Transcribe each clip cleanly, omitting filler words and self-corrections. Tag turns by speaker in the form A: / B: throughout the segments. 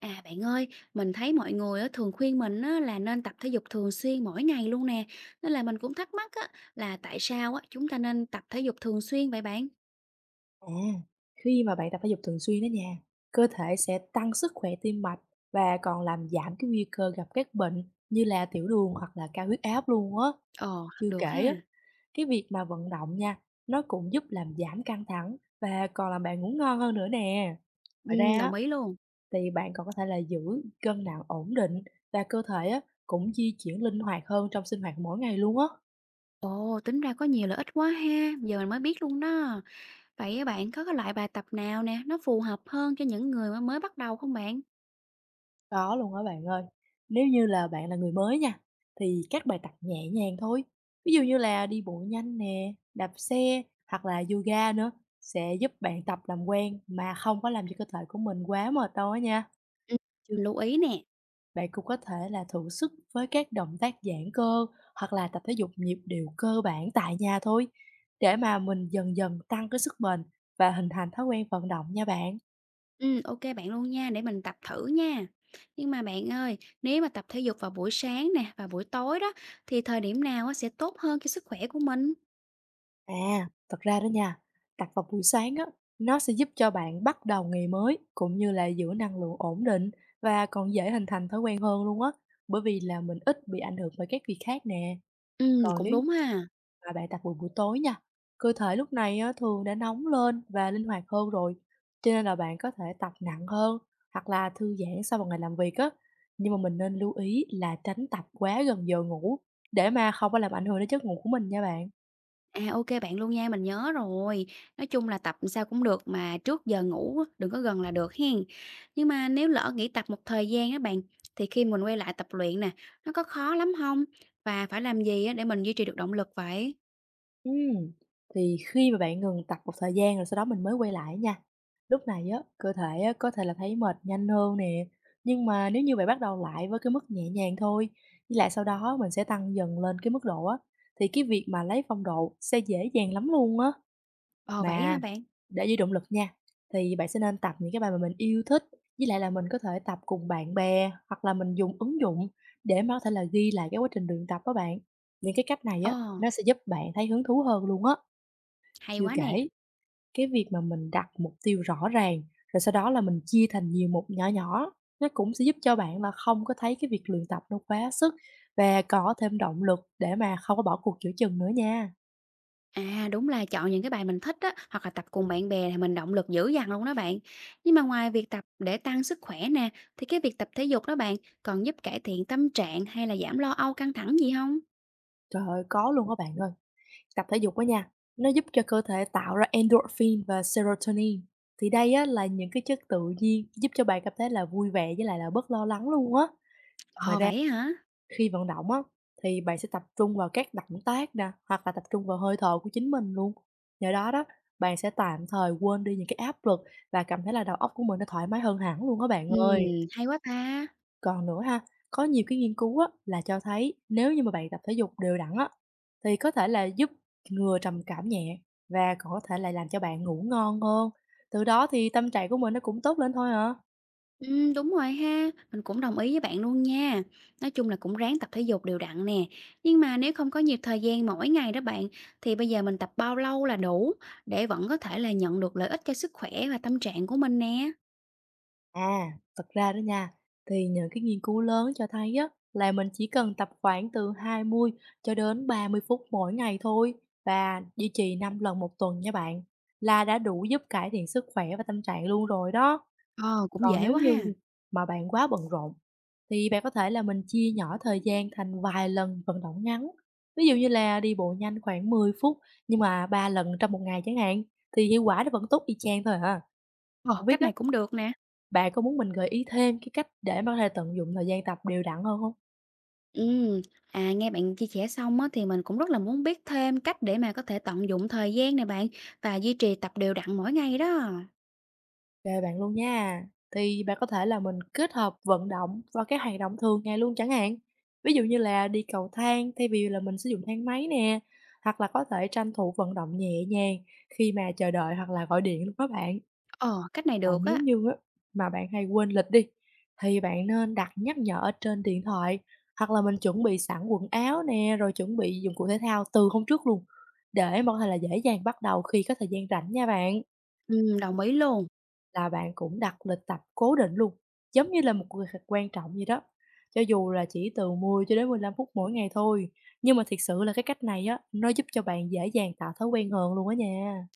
A: À bạn ơi, mình thấy mọi người á, thường khuyên mình á, là nên tập thể dục thường xuyên mỗi ngày luôn nè. Nên là mình cũng thắc mắc á, là tại sao á, chúng ta nên tập thể dục thường xuyên vậy bạn?
B: À, khi mà bạn tập thể dục thường xuyên đó nha, cơ thể sẽ tăng sức khỏe tim mạch và còn làm giảm cái nguy cơ gặp các bệnh như là tiểu đường hoặc là cao huyết áp luôn á.
A: Ồ,
B: Chưa kể
A: được ha.
B: á, cái việc mà vận động nha, nó cũng giúp làm giảm căng thẳng và còn làm bạn ngủ ngon hơn nữa nè.
A: Ừ,
B: Ngoài ra á,
A: đồng ý luôn.
B: thì bạn còn có thể là giữ cân nặng ổn định và cơ thể á, cũng di chuyển linh hoạt hơn trong sinh hoạt mỗi ngày luôn á.
A: Ồ, tính ra có nhiều lợi ích quá ha. Giờ mình mới biết luôn đó. Vậy á, bạn có cái loại bài tập nào nè, nó phù hợp hơn cho những người mà mới bắt đầu không bạn?
B: Có luôn á bạn ơi. Nếu như là bạn là người mới nha, thì các bài tập nhẹ nhàng thôi. Ví dụ như là đi bộ nhanh nè, đạp xe hoặc là yoga nữa sẽ giúp bạn tập làm quen mà không có làm cho cơ thể của mình quá mệt đâu á nha.
A: Ừ.
B: Chứ
A: Mình lưu ý nè.
B: bạn cũng có thể là thử sức với các động tác giãn cơ hoặc là tập thể dục nhịp điệu cơ bản tại nhà thôi để mà mình dần dần tăng cái sức bền và hình thành thói quen vận động nha bạn.
A: Ok bạn luôn nha, để mình tập thử nha. Nhưng mà bạn ơi, nếu mà tập thể dục vào buổi sáng nè và buổi tối đó, thì thời điểm nào á sẽ tốt hơn cho sức khỏe của mình?
B: À, thật ra đó nha, tập vào buổi sáng á, nó sẽ giúp cho bạn bắt đầu ngày mới cũng như là giữ năng lượng ổn định và còn dễ hình thành thói quen hơn luôn á, bởi vì là mình ít bị ảnh hưởng bởi các việc khác nè. Còn
A: Cũng
B: nếu như
A: đúng ha.
B: mà bạn tập vào buổi tối nha, cơ thể lúc này á, thường đã nóng lên và linh hoạt hơn rồi, cho nên là bạn có thể tập nặng hơn hoặc là thư giãn sau một ngày làm việc á. Nhưng mà mình nên lưu ý là tránh tập quá gần giờ ngủ để mà không có làm ảnh hưởng đến giấc ngủ của mình nha bạn.
A: À, ok bạn luôn nha, mình nhớ rồi. Nói chung là tập sao cũng được mà trước giờ ngủ á, đừng có gần là được hen. Nhưng mà nếu lỡ nghỉ tập một thời gian á bạn, thì khi mình quay lại tập luyện nè, nó có khó lắm không? Và phải làm gì á để mình duy trì được động lực vậy?
B: Ừm, thì khi mà bạn ngừng tập một thời gian rồi sau đó mình mới quay lại nha, lúc này á, cơ thể á, có thể là thấy mệt nhanh hơn nè. Nhưng mà nếu như bạn bắt đầu lại với cái mức nhẹ nhàng thôi, với lại sau đó mình sẽ tăng dần lên cái mức độ á, thì cái việc mà lấy phong độ sẽ dễ dàng lắm luôn á.
A: Ồ, vậy
B: Mà
A: hả bạn?
B: để giữ động lực nha, thì bạn sẽ nên tập những cái bài mà mình yêu thích, với lại là mình có thể tập cùng bạn bè hoặc là mình dùng ứng dụng để mà có thể là ghi lại cái quá trình luyện tập đó bạn. Những cái cách này
A: Ồ,
B: á, nó sẽ giúp bạn thấy hứng thú hơn luôn á.
A: hay
B: Chưa
A: quá nè.
B: kể, cái việc mà mình đặt mục tiêu rõ ràng, rồi sau đó là mình chia thành nhiều mục nhỏ nhỏ, nó cũng sẽ giúp cho bạn là không có thấy cái việc luyện tập nó quá sức và có thêm động lực để mà không có bỏ cuộc giữa chừng nữa nha.
A: À, đúng là chọn những cái bài mình thích á, hoặc là tập cùng bạn bè thì mình động lực dữ dằn luôn đó bạn. Nhưng mà ngoài việc tập để tăng sức khỏe nè, thì cái việc tập thể dục đó bạn còn giúp cải thiện tâm trạng hay là giảm lo âu căng thẳng gì không?
B: Trời ơi, có luôn các bạn ơi. Tập thể dục đó nha, nó giúp cho cơ thể tạo ra endorphin và serotonin. Thì đây á là những cái chất tự nhiên giúp cho bạn cảm thấy là vui vẻ với lại là bớt lo lắng luôn á. Ngoài
A: Ồ
B: ra,
A: vậy hả?
B: khi vận động á, thì bạn sẽ tập trung vào các động tác nè, hoặc là tập trung vào hơi thở của chính mình luôn. Nhờ đó đó, bạn sẽ tạm thời quên đi những cái áp lực và cảm thấy là đầu óc của mình nó thoải mái hơn hẳn luôn đó bạn
A: Ừ,
B: ơi.
A: hay quá ta.
B: Còn nữa ha, có nhiều cái nghiên cứu á, là cho thấy nếu như mà bạn tập thể dục đều đặn á, thì có thể là giúp ngừa trầm cảm nhẹ và còn có thể lại làm cho bạn ngủ ngon hơn. Từ đó thì tâm trạng của mình nó cũng tốt lên thôi à.
A: Ừ, đúng rồi ha, mình cũng đồng ý với bạn luôn nha. Nói chung là cũng ráng tập thể dục đều đặn nè. Nhưng mà nếu không có nhiều thời gian mỗi ngày đó bạn, thì bây giờ mình tập bao lâu là đủ để vẫn có thể là nhận được lợi ích cho sức khỏe và tâm trạng của mình nè.
B: À, thật ra đó nha, thì những cái nghiên cứu lớn cho thấy á, là mình chỉ cần tập khoảng từ 20 cho đến 30 phút mỗi ngày thôi và duy trì 5 lần một tuần nha bạn là đã đủ giúp cải thiện sức khỏe và tâm trạng luôn rồi đó.
A: Ờ, cũng
B: Còn
A: dễ
B: nếu
A: quá
B: như
A: ha.
B: mà bạn quá bận rộn thì bạn có thể là mình chia nhỏ thời gian thành vài lần vận động ngắn. Ví dụ như là đi bộ nhanh khoảng 10 phút nhưng mà 3 lần trong một ngày chẳng hạn thì hiệu quả nó vẫn tốt y chang thôi à.
A: Ờ,
B: Không biết
A: cách
B: á,
A: này cũng được nè.
B: bạn có muốn mình gợi ý thêm cái cách để mà có thể tận dụng thời gian tập đều đặn hơn không?
A: Ừm, nghe bạn chia sẻ xong á, thì mình cũng rất là muốn biết thêm cách để mà có thể tận dụng thời gian này bạn và duy trì tập đều đặn mỗi ngày đó.
B: Về bạn luôn nha. Thì bạn có thể là mình kết hợp vận động vào các hoạt động thường ngày luôn chẳng hạn. Ví dụ như là đi cầu thang thay vì là mình sử dụng thang máy nè, hoặc là có thể tranh thủ vận động nhẹ nhàng khi mà chờ đợi hoặc là gọi điện luôn đó bạn.
A: Ờ, cách này
B: Còn
A: được
B: nếu
A: á.
B: như á, mà bạn hay quên lịch đi, thì bạn nên đặt nhắc nhở ở trên điện thoại, hoặc là mình chuẩn bị sẵn quần áo nè, rồi chuẩn bị dụng cụ thể thao từ hôm trước luôn, để mà có thể là dễ dàng bắt đầu khi có thời gian rảnh nha bạn.
A: Đồng ý luôn.
B: Là bạn cũng đặt lịch tập cố định luôn, giống như là một cuộc họp quan trọng vậy đó, cho dù là chỉ từ 10 cho đến 15 phút mỗi ngày thôi, nhưng mà thiệt sự là cái cách này á, nó giúp cho bạn dễ dàng tạo thói quen hơn luôn á nha.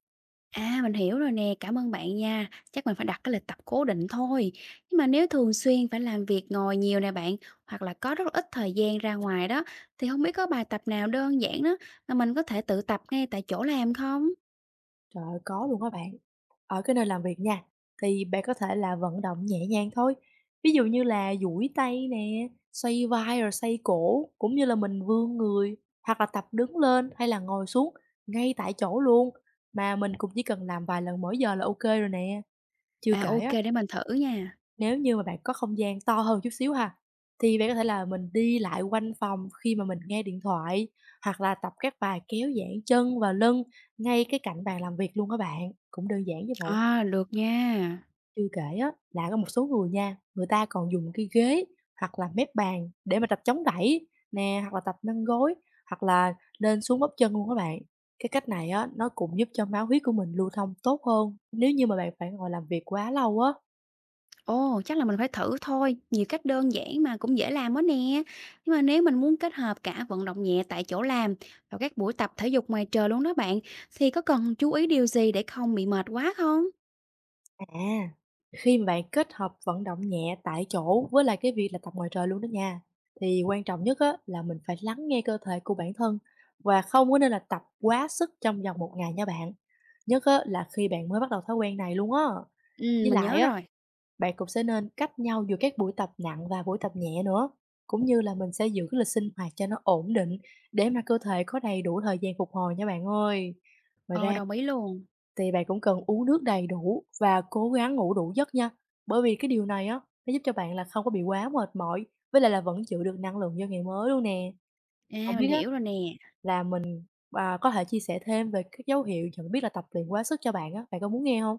A: À, mình hiểu rồi nè, cảm ơn bạn nha. Chắc mình phải đặt cái lịch tập cố định thôi. Nhưng mà nếu thường xuyên phải làm việc ngồi nhiều nè bạn, hoặc là có rất ít thời gian ra ngoài đó, thì không biết có bài tập nào đơn giản đó mà mình có thể tự tập ngay tại chỗ làm không?
B: Trời ơi, có luôn á bạn. Ở cái nơi làm việc nha, thì bạn có thể là vận động nhẹ nhàng thôi. Ví dụ như là duỗi tay nè, xoay vai rồi xoay cổ, cũng như là mình vươn người, hoặc là tập đứng lên hay là ngồi xuống ngay tại chỗ luôn. Mà mình cũng chỉ cần làm vài lần mỗi giờ là ok rồi nè. Chưa
A: À,
B: kể
A: ok,
B: á,
A: để mình thử nha.
B: nếu như mà bạn có không gian to hơn chút xíu ha, thì bạn có thể là mình đi lại quanh phòng khi mà mình nghe điện thoại, hoặc là tập các bài kéo giãn chân và lưng ngay cái cạnh bàn làm việc luôn các bạn, cũng đơn giản chứ bộ.
A: À, được nha.
B: Chưa kể á, là có một số người nha, người ta còn dùng cái ghế hoặc là mép bàn để mà tập chống đẩy nè, hoặc là tập nâng gối, hoặc là lên xuống bắp chân luôn các bạn. Cái cách này á, nó cũng giúp cho máu huyết của mình lưu thông tốt hơn. Nếu như mà bạn phải ngồi làm việc quá lâu á.
A: Ồ, chắc là mình phải thử thôi, nhiều cách đơn giản mà cũng dễ làm quá nè. Nhưng mà nếu mình muốn kết hợp cả vận động nhẹ tại chỗ làm và các buổi tập thể dục ngoài trời luôn đó bạn, thì có cần chú ý điều gì để không bị mệt quá không?
B: À, khi mà bạn kết hợp vận động nhẹ tại chỗ với lại cái việc là tập ngoài trời luôn đó nha, thì quan trọng nhất á, là mình phải lắng nghe cơ thể của bản thân và không có nên là tập quá sức trong vòng một ngày nha bạn. Nhất á, là khi bạn mới bắt đầu thói quen này luôn á.
A: Ừ,
B: Với
A: mình
B: lại
A: nhớ
B: á,
A: rồi.
B: bạn cũng sẽ nên cách nhau giữa các buổi tập nặng và buổi tập nhẹ nữa. Cũng như là mình sẽ giữ cái lịch sinh hoạt cho nó ổn định để mà cơ thể có đầy đủ thời gian phục hồi nha bạn ơi. Ngoài
A: Ờ,
B: ra
A: đồng ý luôn.
B: thì bạn cũng cần uống nước đầy đủ và cố gắng ngủ đủ giấc nha. Bởi vì cái điều này á, nó giúp cho bạn là không có bị quá mệt mỏi, với lại là vẫn giữ được năng lượng cho ngày mới luôn nè. Không
A: À, mình
B: biết á,
A: hiểu rồi nè.
B: là mình, có thể chia sẻ thêm về các dấu hiệu nhận biết là tập luyện quá sức cho bạn á, bạn có muốn nghe không?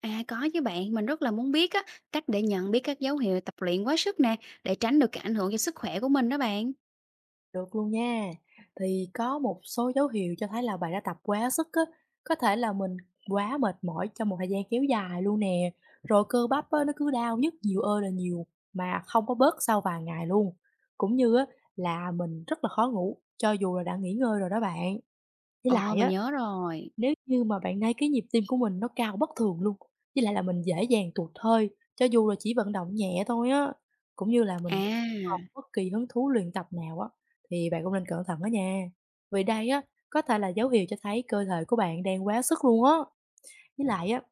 A: À, có chứ bạn, mình rất là muốn biết á, cách để nhận biết các dấu hiệu tập luyện quá sức nè, để tránh được cái ảnh hưởng cho sức khỏe của mình đó bạn.
B: Được luôn nha. Thì có một số dấu hiệu cho thấy là bạn đã tập quá sức á, có thể là mình quá mệt mỏi trong một thời gian kéo dài luôn nè, rồi cơ bắp á, nó cứ đau nhức nhiều ơi là nhiều mà không có bớt sau vài ngày luôn. Cũng như á là mình rất là khó ngủ cho dù là đã nghỉ ngơi rồi đó bạn. Với
A: Ồ,
B: lại
A: mình
B: á,
A: nhớ rồi.
B: nếu như mà bạn thấy cái nhịp tim của mình nó cao bất thường luôn, với lại là mình dễ dàng tụt hơi cho dù là chỉ vận động nhẹ thôi á, cũng như là mình không
A: À,
B: bất kỳ hứng thú luyện tập nào á thì bạn cũng nên cẩn thận đó nha. Vì đây á, có thể là dấu hiệu cho thấy cơ thể của bạn đang quá sức luôn á. Với lại á,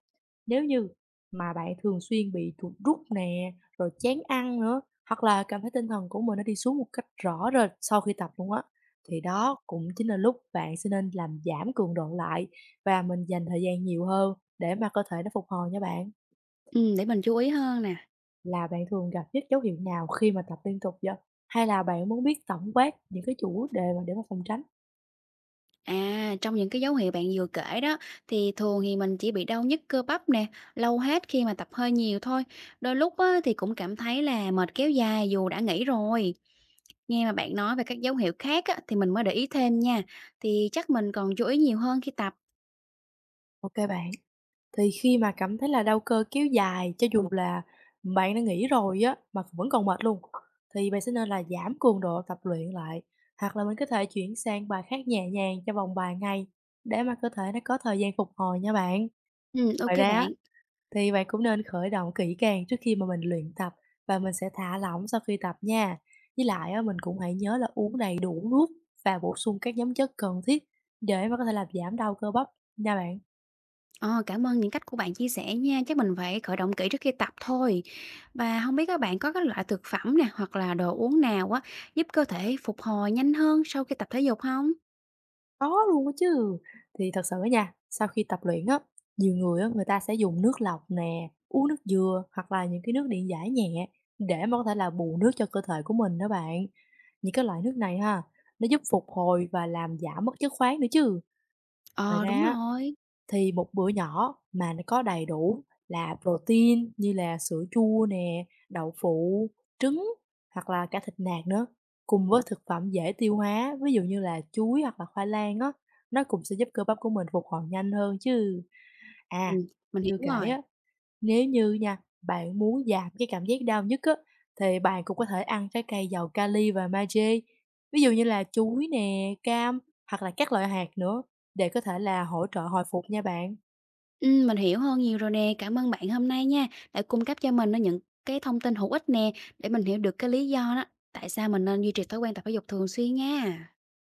B: nếu như mà bạn thường xuyên bị chuột rút nè, rồi chán ăn nữa, hoặc là cảm thấy tinh thần của mình nó đi xuống một cách rõ rệt sau khi tập luôn á, thì đó cũng chính là lúc bạn sẽ nên làm giảm cường độ lại và mình dành thời gian nhiều hơn để mà cơ thể nó phục hồi nha bạn.
A: ừ, để mình chú ý hơn nè.
B: Là bạn thường gặp nhất dấu hiệu nào khi mà tập liên tục vậy? Hay là bạn muốn biết tổng quát những cái chủ đề mà để mà phòng tránh?
A: À, trong những cái dấu hiệu bạn vừa kể đó thì thường thì mình chỉ bị đau nhức cơ bắp nè, lâu hết khi mà tập hơi nhiều thôi. Đôi lúc á, thì cũng cảm thấy là mệt kéo dài dù đã nghỉ rồi. Nghe mà bạn nói về các dấu hiệu khác á, thì mình mới để ý thêm nha. Thì chắc mình còn chú ý nhiều hơn khi tập.
B: Ok bạn. Thì khi mà cảm thấy là đau cơ kéo dài, cho dù là bạn đã nghỉ rồi á, mà vẫn còn mệt luôn, thì bạn sẽ nên là giảm cường độ tập luyện lại, hoặc là mình có thể chuyển sang bài khác nhẹ nhàng trong vòng vài ngày để mà cơ thể nó có thời gian phục hồi nha bạn.
A: Ừ,
B: Ngoài
A: ok
B: ra á,
A: bạn.
B: thì bạn cũng nên khởi động kỹ càng trước khi mà mình luyện tập và mình sẽ thả lỏng sau khi tập nha. Với lại á, mình cũng hãy nhớ là uống đầy đủ nước và bổ sung các nhóm chất cần thiết để mà có thể làm giảm đau cơ bắp nha bạn.
A: Ờ, cảm ơn những cách của bạn chia sẻ nha. Chắc mình phải khởi động kỹ trước khi tập thôi. Và không biết các bạn có các loại thực phẩm nè hoặc là đồ uống nào á giúp cơ thể phục hồi nhanh hơn sau khi tập thể dục không?
B: Có luôn á chứ. Thì thật sự á nha, sau khi tập luyện á, nhiều người á, người ta sẽ dùng nước lọc nè, uống nước dừa hoặc là những cái nước điện giải nhẹ để mà có thể là bù nước cho cơ thể của mình đó bạn. Những cái loại nước này ha, nó giúp phục hồi và làm giảm mất chất khoáng nữa chứ. Ngoài
A: Ờ, đúng
B: ra á,
A: rồi.
B: thì một bữa nhỏ mà nó có đầy đủ là protein như là sữa chua nè, đậu phụ, trứng hoặc là cả thịt nạc nữa, cùng với thực phẩm dễ tiêu hóa, ví dụ như là chuối hoặc là khoai lang á, nó cũng sẽ giúp cơ bắp của mình phục hồi nhanh hơn chứ. À,
A: Ừm, mình
B: chưa
A: hiểu
B: kể
A: rồi.
B: á, nếu như nha, bạn muốn giảm cái cảm giác đau nhức á, thì bạn cũng có thể ăn trái cây giàu kali và magie, ví dụ như là chuối nè, cam hoặc là các loại hạt nữa để có thể là hỗ trợ hồi phục nha bạn.
A: Mình hiểu hơn nhiều rồi nè. Cảm ơn bạn hôm nay nha, đã cung cấp cho mình á những cái thông tin hữu ích nè, để mình hiểu được cái lý do đó, tại sao mình nên duy trì thói quen tập thể dục thường xuyên nha.